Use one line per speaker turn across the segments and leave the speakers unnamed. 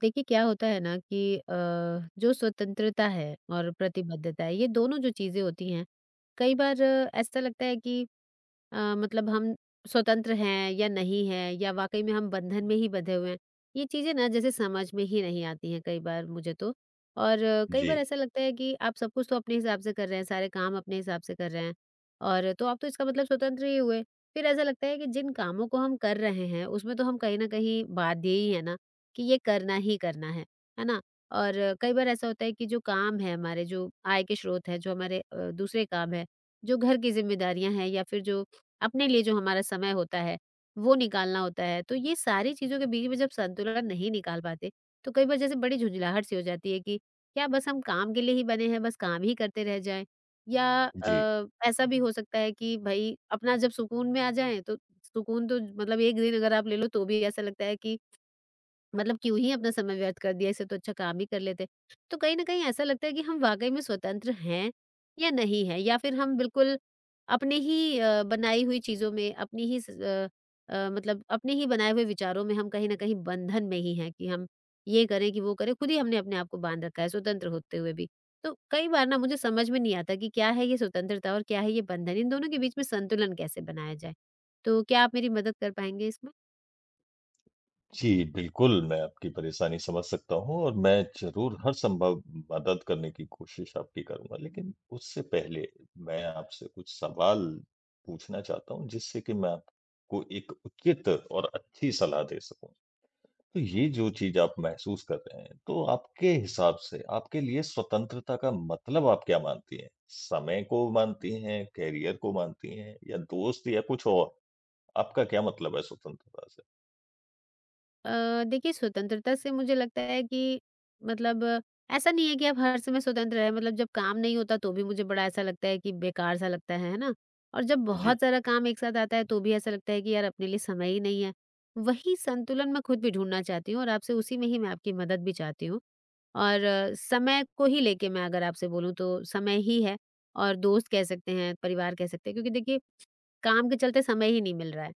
देखिए, क्या होता है ना कि जो स्वतंत्रता है और प्रतिबद्धता है, ये दोनों जो चीजें होती हैं, कई बार ऐसा लगता है कि मतलब हम स्वतंत्र हैं या नहीं हैं, या वाकई में हम बंधन में ही बंधे हुए हैं। ये चीज़ें ना जैसे समझ में ही नहीं आती हैं कई बार मुझे तो। और कई
जी,
बार ऐसा लगता है कि आप सब कुछ तो अपने हिसाब से कर रहे हैं, सारे काम अपने हिसाब से कर रहे हैं, और तो आप तो इसका मतलब स्वतंत्र ही हुए। फिर ऐसा लगता है कि जिन कामों को हम कर रहे हैं, उसमें तो हम कहीं न कहीं बाध्य ही हैं ना, कि ये करना ही करना है ना? और कई बार ऐसा होता है कि जो काम है हमारे, जो आय के स्रोत हैं, जो हमारे दूसरे काम हैं, जो घर की ज़िम्मेदारियाँ हैं, या फिर जो अपने लिए जो हमारा समय होता है, वो निकालना होता है। तो ये सारी चीज़ों के बीच में जब संतुलन नहीं निकाल पाते, तो कई बार जैसे बड़ी झुँझलाहट सी हो जाती है कि क्या बस हम काम के लिए ही बने हैं, बस काम ही करते रह जाएँ? या
जी।
ऐसा भी हो सकता है कि भई अपना जब सुकून में आ जाएँ, तो सुकून तो मतलब 1 दिन अगर आप ले लो तो भी ऐसा लगता है कि मतलब क्यों ही अपना समय व्यर्थ कर दिया, इससे तो अच्छा काम ही कर लेते। तो कहीं न कहीं ऐसा लगता है कि हम वाक़ई में स्वतंत्र हैं या नहीं हैं, या फिर हम बिल्कुल अपने ही बनाई हुई चीज़ों में, अपनी ही मतलब अपने ही बनाए हुए विचारों में, हम कहीं न कहीं बंधन में ही हैं कि हम ये करें कि वो करें, खुद ही हमने अपने आप को बाँध रखा है स्वतंत्र होते हुए भी। तो कई बार ना मुझे समझ में नहीं आता कि क्या है ये स्वतंत्रता और क्या है ये बंधन? इन दोनों के बीच में संतुलन कैसे बनाया जाए? तो क्या आप मेरी मदद कर पाएँगे इसमें?
जी, बिल्कुल, मैं आपकी परेशानी समझ सकता हूँ और मैं ज़रूर हर संभव मदद करने की कोशिश आपकी करूँगा। लेकिन उससे पहले मैं आपसे कुछ सवाल पूछना चाहता हूँ, जिससे कि मैं आपको एक उचित और अच्छी सलाह दे सकूँ। तो ये जो चीज़ आप महसूस कर रहे हैं, तो आपके हिसाब से आपके लिए स्वतंत्रता का मतलब आप क्या मानती हैं? समय को मानती हैं, करियर को मानती हैं या दोस्त या कुछ और? आपका क्या मतलब है स्वतंत्रता से?
देखिए, स्वतंत्रता से मुझे लगता है कि मतलब ऐसा नहीं है कि आप हर समय स्वतंत्र रहे मतलब जब काम नहीं होता तो भी मुझे बड़ा ऐसा लगता है कि बेकार सा लगता है ना? और जब
जी।
बहुत सारा काम एक साथ आता है तो भी ऐसा लगता है कि यार अपने लिए समय ही नहीं है। वही संतुलन मैं खुद भी ढूँढना चाहती हूँ, और आपसे उसी में ही मैं आपकी मदद भी चाहती हूँ। और समय को ही लेके मैं अगर आपसे बोलूँ, तो समय ही है, और दोस्त कह सकते हैं, परिवार कह सकते हैं, क्योंकि देखिए काम के चलते समय ही नहीं मिल रहा है।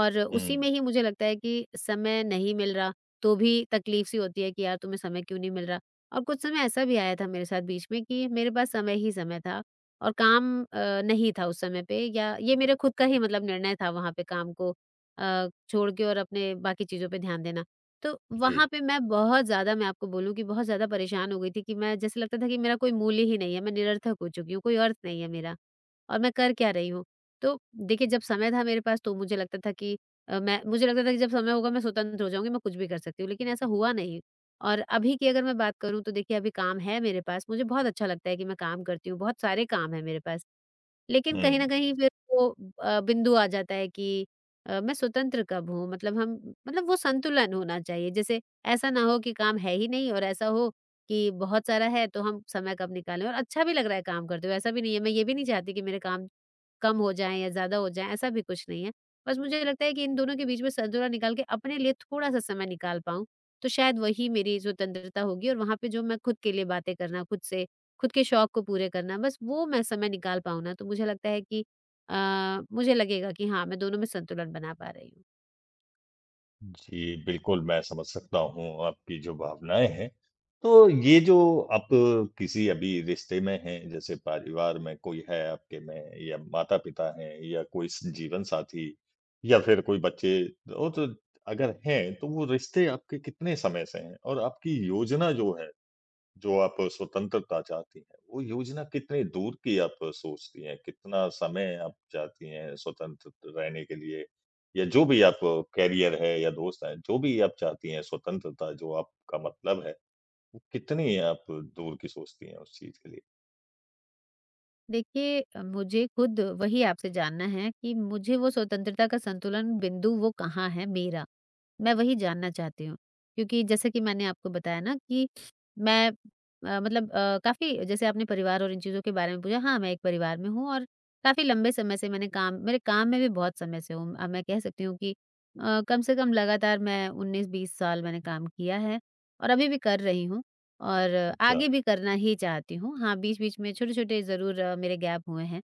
और उसी में
हुँ,
ही मुझे लगता है कि समय नहीं मिल रहा, तो भी तकलीफ सी होती है कि यार तुम्हें समय क्यों नहीं मिल रहा। और कुछ समय ऐसा भी आया था मेरे साथ बीच में कि मेरे पास समय ही समय था, और काम नहीं था उस समय पे, या ये मेरे खुद का ही मतलब निर्णय था वहाँ पे काम को छोड़ के और अपने बाकी चीज़ों पे ध्यान देना। तो
जी।
वहाँ पे मैं बहुत ज़्यादा, मैं आपको बोलूँ कि बहुत ज़्यादा परेशान हो गई थी कि मैं, जैसे लगता था कि मेरा कोई मूल्य ही नहीं है, मैं निरर्थक हो चुकी हूँ, कोई अर्थ नहीं है मेरा, और मैं कर क्या रही हूँ? तो देखिए जब समय था मेरे पास तो मुझे लगता था कि मैं मुझे लगता था कि जब समय होगा मैं स्वतंत्र हो जाऊँगी, मैं कुछ भी कर सकती हूँ, लेकिन ऐसा हुआ नहीं। और अभी की अगर मैं बात करूँ, तो देखिए अभी काम है मेरे पास, मुझे बहुत अच्छा लगता है कि मैं काम करती हूँ, बहुत सारे काम हैं मेरे पास। लेकिन कहीं न
हुँ।
कहीं फिर वो बिंदु आ जाता है कि मैं स्वतंत्र कब हूँ? मतलब हम मतलब वो संतुलन होना चाहिए। जैसे ऐसा ना हो कि काम है ही नहीं, और ऐसा हो कि बहुत सारा है तो हम समय कब निकालें, और अच्छा भी लग रहा है काम करते हुए, ऐसा भी नहीं है। मैं ये भी नहीं चाहती कि मेरे काम कम हो जाएँ या ज़्यादा हो जाएँ, ऐसा भी कुछ नहीं है। बस मुझे लगता है कि इन दोनों के बीच में संतुलन निकाल के अपने लिए थोड़ा-सा समय निकाल पाऊँ, तो शायद वही मेरी स्वतंत्रता होगी। और वहाँ पे जो मैं खुद के लिए बातें करना, खुद से खुद के शौक को पूरे करना, बस वो मैं समय निकाल पाऊँ ना, तो मुझे लगता है कि अ, मुझे लगेगा कि हाँ, मैं दोनों में संतुलन बना पा रही हूँ।
जी, बिल्कुल मैं समझ सकता हूँ आपकी जो भावनाएँ हैं। तो ये जो आप किसी अभी रिश्ते में हैं, जैसे परिवार में कोई है आपके में या माता-पिता हैं या कोई स जीवन साथी या फिर कोई बच्चे और तो अगर हैं, तो वो रिश्ते आपके कितने समय से हैं? और आपकी योजना जो है, जो आप स्वतंत्रता चाहती हैं, वो योजना कितनी दूर की आप सोचती हैं? कितना समय आप चाहती हैं स्वतंत्र रहने के लिए? या जो भी आप करियर है या दोस्त हैं, जो भी आप चाहती हैं स्वतंत्रता जो आपका मतलब है, वो कितनी आप दूर की सोचती हैं उस चीज़ के लिए?
देखिए, मुझे खुद वही आपसे जानना है कि मुझे वो स्वतंत्रता का संतुलन बिंदु, वो कहाँ है मेरा। मैं वही जानना चाहती हूँ। क्योंकि जैसे कि मैंने आपको बताया ना कि मैं मतलब काफ़ी, जैसे आपने परिवार और इन चीज़ों के बारे में पूछा, हाँ, मैं एक परिवार में हूँ, और काफ़ी लंबे समय से मैंने काम मेरे काम में भी बहुत समय से हूँ। मैं कह सकती हूँ कि कम से कम लगातार मैं 19-20 साल मैंने काम किया है, और अभी भी कर रही हूँ। और
अच्छा,
आगे भी करना ही चाहती हूँ। हाँ, बीच-बीच में छोटे-छोटे ज़रूर मेरे गैप हुए हैं,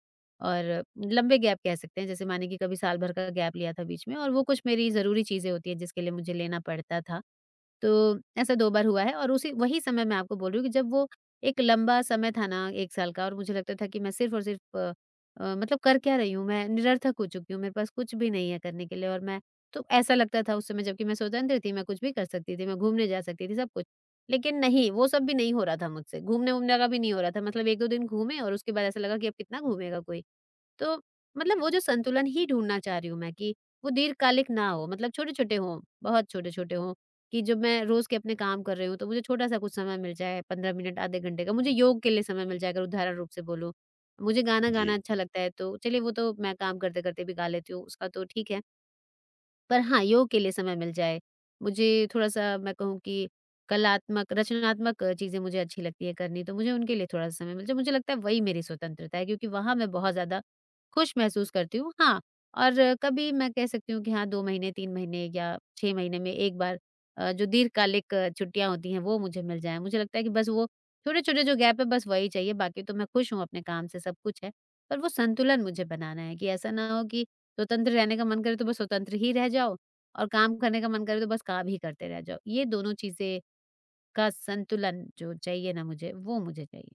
और लंबे गैप कह सकते हैं, जैसे माने कि कभी साल भर का गैप लिया था बीच में, और वो कुछ मेरी ज़रूरी चीज़ें होती हैं जिसके लिए मुझे लेना पड़ता था। तो ऐसा 2 बार हुआ है, और उसी, वही समय मैं आपको बोल रही हूँ कि जब वो एक लंबा समय था ना, 1 साल का, और मुझे लगता था कि मैं सिर्फ़ और सिर्फ़ मतलब कर क्या रही हूँ मैं? निरर्थक हो चुकी हूँ, मेरे पास कुछ भी नहीं है करने के लिए, और मैं तो ऐसा लगता था उस समय, जबकि मैं स्वतंत्र थी, मैं कुछ भी कर सकती थी, मैं घूमने जा सकती थी, सब कुछ। लेकिन नहीं, वो सब भी नहीं हो रहा था मुझसे, घूमने-वूमने का भी नहीं हो रहा था, मतलब 1-2 दिन घूमे और उसके बाद ऐसा लगा कि अब कितना घूमेगा कोई। तो मतलब वो जो संतुलन ही ढूँढना चाह रही हूँ मैं कि वो दीर्घकालिक ना हो, मतलब छोटे-छोटे हों, बहुत छोटे-छोटे हों कि जब मैं रोज़ के अपने काम कर रही हूँ, तो मुझे छोटा-सा कुछ समय मिल जाए, 15 मिनट, आधे घंटे का। मुझे योग के लिए समय मिल जाए, अगर उदाहरण रूप से बोलूँ। मुझे गाना गाना
जी।
अच्छा लगता है, तो चलिए वो तो मैं काम करते-करते भी गा लेती हूँ, उसका तो ठीक है। पर हाँ, योग के लिए समय मिल जाए, मुझे थोड़ा-सा, मैं कहूँ कि कलात्मक रचनात्मक चीज़ें मुझे अच्छी लगती है करनी, तो मुझे उनके लिए थोड़ा-सा समय मिल जाए, मुझे लगता है वही मेरी स्वतंत्रता है क्योंकि वहाँ मैं बहुत ज़्यादा खुश महसूस करती हूँ। हाँ, और कभी मैं कह सकती हूँ कि हाँ, 2 महीने, 3 महीने या 6 महीने में 1 बार जो दीर्घकालिक छुट्टियाँ होती हैं, वो मुझे मिल जाएँ। मुझे लगता है कि बस वो छोटे-छोटे जो गैप है, बस वही चाहिए, बाकी तो मैं खुश हूँ अपने काम से, सब कुछ है। पर वो संतुलन मुझे बनाना है कि ऐसा ना हो कि स्वतंत्र रहने का मन करे तो बस स्वतंत्र ही रह जाओ, और काम करने का मन करे तो बस काम ही करते रह जाओ। ये दोनों चीज़ें का संतुलन जो चाहिए ना मुझे, वो मुझे चाहिए।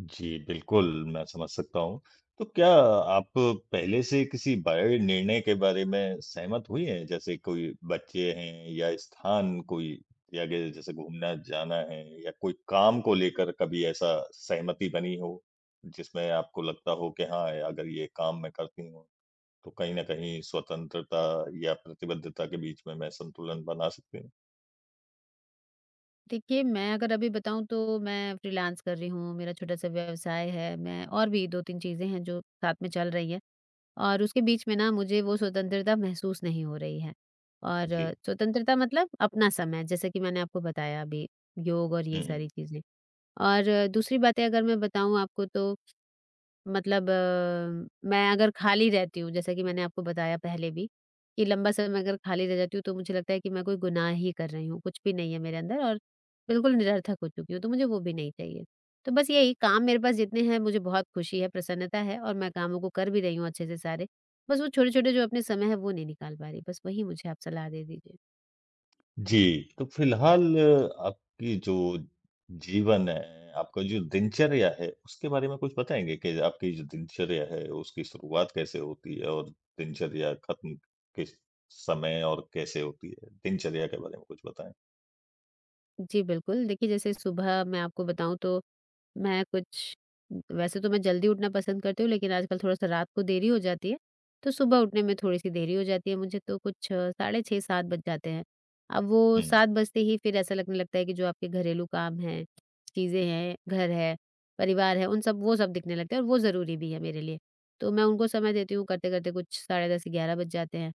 जी, बिल्कुल, मैं समझ सकता हूँ। तो क्या आप पहले से किसी बड़े निर्णय के बारे में सहमत हुई हैं? जैसे कोई बच्चे हैं या स्थान कोई या गे जैसे घूमना जाना है या कोई काम को लेकर कभी ऐसा सहमति बनी हो, जिसमें आपको लगता हो कि हाँ, अगर ये काम मैं करती हूँ, तो कहीं न कहीं स्वतंत्रता या प्रतिबद्धता के बीच में मैं संतुलन बना सकती हूँ?
देखिए, मैं अगर अभी बताऊँ तो मैं फ्रीलांस कर रही हूँ, मेरा छोटा-सा व्यवसाय है, मैं और भी 2-3 चीज़ें हैं जो साथ में चल रही हैं, और उसके बीच में ना मुझे वो स्वतंत्रता महसूस नहीं हो रही है। और
जी।
स्वतंत्रता मतलब अपना समय, जैसे कि मैंने आपको बताया अभी, योग और ये
हुँ,
सारी
हुँ।
चीज़ें। और दूसरी बातें अगर मैं बताऊँ आपको, तो मतलब मैं अगर खाली रहती हूँ, जैसा कि मैंने आपको बताया पहले भी कि लंबा समय अगर खाली रह जाती हूँ, तो मुझे लगता है कि मैं कोई गुनाह ही कर रही हूँ, कुछ भी नहीं है मेरे अंदर और बिल्कुल निरर्थक हो चुकी हूँ, तो मुझे वो भी नहीं चाहिए। तो बस यही, काम मेरे पास जितने हैं मुझे बहुत खुशी है, प्रसन्नता है, और मैं कामों को कर भी रही हूँ अच्छे से सारे। बस वो छोटे-छोटे जो अपने समय है वो नहीं निकाल पा रही, बस वही मुझे आप सलाह दे दीजिए।
जी, तो फ़िलहाल आपकी जो जीवन है, आपका जो दिनचर्या है, उसके बारे में कुछ बताएँगे कि आपकी जो दिनचर्या है, उसकी शुरुआत कैसे होती है और दिनचर्या खत्म किस समय और कैसे होती है? दिनचर्या के बारे में कुछ बताएँ?
जी, बिल्कुल। देखिए, जैसे सुबह मैं आपको बताऊँ तो मैं कुछ वैसे तो मैं जल्दी उठना पसंद करती हूँ, लेकिन आजकल थोड़ा-सा रात को देरी हो जाती है, तो सुबह उठने में थोड़ी-सी देरी हो जाती है मुझे, तो कुछ साढ़े 6, 7 बज जाते हैं। अब वो
हुँ।
7 बजते ही फिर ऐसा लगने लगता है कि जो आपके घरेलू काम हैं, चीज़ें हैं, घर है, परिवार है, उन सब, वो सब दिखने लगते हैं, और वो ज़रूरी भी है मेरे लिए। तो मैं उनको समय देती हूँ, करते-करते कुछ साढ़े 10, 11 बज जाते हैं,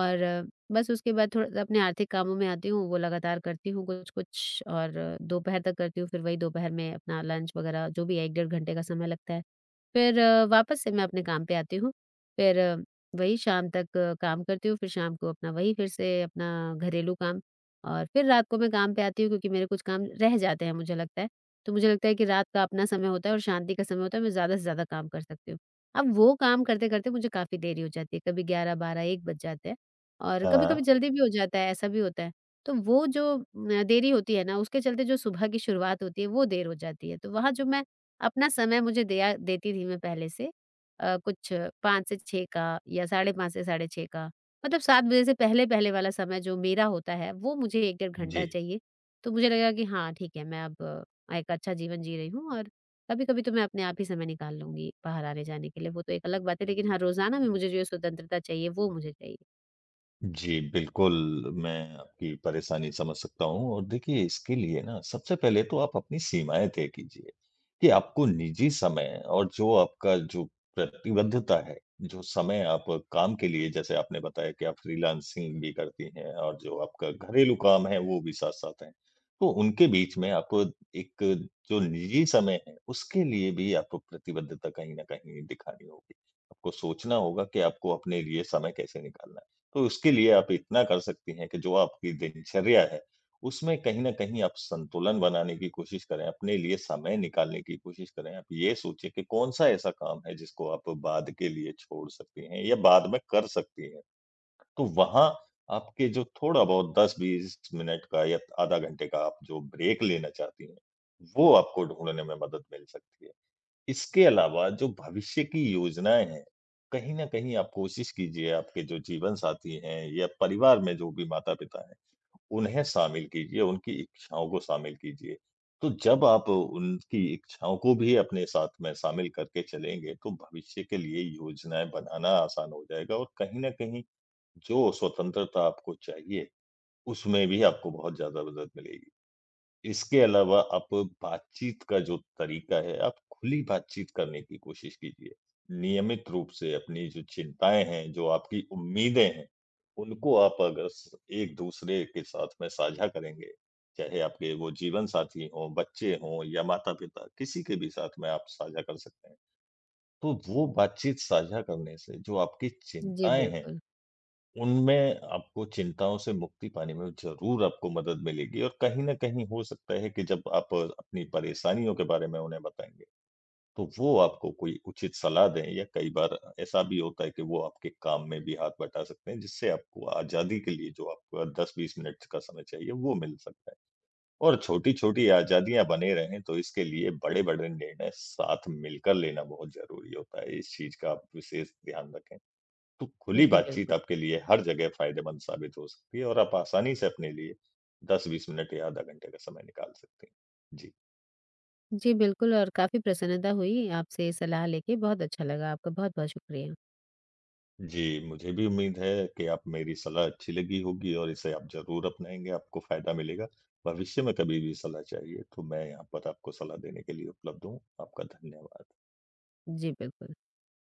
और बस उसके बाद थोड़ा सा अपने आर्थिक कामों में आती हूँ, वो लगातार करती हूँ कुछ-कुछ, और दोपहर तक करती हूँ। फिर वही दोपहर में अपना लंच वगैरह, जो भी है, 1 डेढ़ घंटे का समय लगता है। फिर वापस से मैं अपने काम पे आती हूँ, फिर वही शाम तक काम करती हूँ, फिर शाम को अपना वही, फिर से अपना घरेलू काम, और फिर रात को मैं काम पे आती हूँ, क्योंकि मेरे कुछ काम रह जाते हैं मुझे लगता है। तो मुझे लगता है कि रात का अपना समय होता है और शांति का समय होता है, मैं ज़्यादा से ज़्यादा काम कर सकती हूँ। अब वो काम करते-करते मुझे काफ़ी देरी हो जाती है, कभी 11, 12, 1 बज जाते हैं। और कभी-कभी
हाँ,
जल्दी भी हो जाता है, ऐसा भी होता है। तो वो जो देरी होती है ना, उसके चलते जो सुबह की शुरुआत होती है, वो देर हो जाती है। तो वहाँ जो मैं अपना समय मुझे दिया देती थी मैं पहले से कुछ 5 से 6 का, या साढ़े 5 से साढ़े 6 का, मतलब 7 बजे से पहले-पहले वाला समय जो मेरा होता है, वो मुझे 1 डेढ़ घंटा
जी।
चाहिए। तो मुझे लगा कि हाँ, ठीक है, मैं अब एक अच्छा जीवन जी रही हूँ, और कभी-कभी तो मैं अपने आप ही समय निकाल लूँगी बाहर आने-जाने के लिए, वो तो एक अलग बात है। लेकिन हाँ, रोज़ाना में मुझे जो ये स्वतंत्रता चाहिए, वो मुझे चाहिए।
जी, बिल्कुल, मैं आपकी परेशानी समझ सकता हूँ और देखिए इसके लिए ना सबसे पहले तो आप अपनी सीमाएँ तय कीजिए, कि आपको निजी समय और जो आपका जो प्रतिबद्धता है, जो समय आप काम के लिए, जैसे आपने बताया कि आप फ्रीलांसिंग भी करती हैं और जो आपका घरेलू काम है वो भी साथ-साथ है। तो उनके बीच में आपको एक जो निजी समय है, उसके लिए भी आपको प्रतिबद्धता कहीं न कहीं दिखानी होगी। आपको सोचना होगा कि आपको अपने लिए समय कैसे निकालना है। तो उसके लिए आप इतना कर सकती हैं कि जो आपकी दिनचर्या है, उसमें कहीं न कहीं आप संतुलन बनाने की कोशिश करें, अपने लिए समय निकालने की कोशिश करें। आप ये सोचें कि कौन-सा ऐसा काम है जिसको आप बाद के लिए छोड़ सकती हैं या बाद में कर सकती हैं। तो वहाँ आपके जो थोड़ा बहुत 10-20 मिनट का या आधा घंटे का आप जो ब्रेक लेना चाहती हैं, वो आपको ढूँढने में मदद मिल सकती है। इसके अलावा जो भविष्य की योजनाएँ हैं, कहीं न कहीं आप कोशिश कीजिए, आपके जो जीवन साथी हैं या परिवार में जो भी माता-पिता हैं, उन्हें शामिल कीजिए, उनकी इच्छाओं को शामिल कीजिए। तो जब आप उनकी इच्छाओं को भी अपने साथ में शामिल करके चलेंगे, तो भविष्य के लिए योजनाएँ बनाना आसान हो जाएगा और कहीं न कहीं जो स्वतंत्रता आपको चाहिए, उसमें भी आपको बहुत ज़्यादा मदद मिलेगी। इसके अलावा आप बातचीत का जो तरीका है, आप खुली बातचीत करने की कोशिश कीजिए। नियमित रूप से अपनी जो चिंताएँ हैं, जो आपकी उम्मीदें हैं, उनको आप अगर स एक-दूसरे के साथ में साझा करेंगे, चाहे आपके वो जीवन साथी हों, बच्चे हों या माता-पिता, किसी के भी साथ में आप साझा कर सकते हैं। तो वो बातचीत साझा करने से जो आपकी
जी,
चिंताएँ हैं,
बिल्कुल।
उनमें आपको चिंताओं से मुक्ति पाने में ज़रूर आपको मदद मिलेगी और कहीं न कहीं हो सकता है कि जब आप अपनी परेशानियों के बारे में उन्हें बताएँगे, तो वो आपको कोई उचित सलाह दें या कई बार ऐसा भी होता है कि वो आपके काम में भी हाथ बटा सकते हैं, जिससे आपको आज़ादी के लिए जो आपको 10-20 मिनट का समय चाहिए, वो मिल सकता है। और छोटी-छोटी आज़ादियाँ बने रहें, तो इसके लिए बड़े-बड़े निर्णय साथ मिलकर लेना बहुत ज़रूरी होता है। इस चीज़ का आप विशेष ध्यान रखें। तो खुली
जी,
बातचीत
बिल्कुल।
आपके लिए हर जगह फायदेमंद साबित हो सकती है और आप आसानी से अपने लिए 10-20 मिनट या आधा घंटे का समय निकाल सकते हैं। जी।
जी, बिल्कुल, और काफ़ी प्रसन्नता हुई आपसे सलाह लेके, बहुत अच्छा लगा। आपका बहुत-बहुत शुक्रिया।
जी, मुझे भी उम्मीद है कि आप मेरी सलाह अच्छी लगी होगी और इसे आप ज़रूर अपनाएँगे, आपको फ़ायदा मिलेगा। भविष्य में कभी भी सलाह चाहिए तो मैं यहाँ पर आपको सलाह देने के लिए उपलब्ध हूँ। आपका धन्यवाद।
जी, बिल्कुल।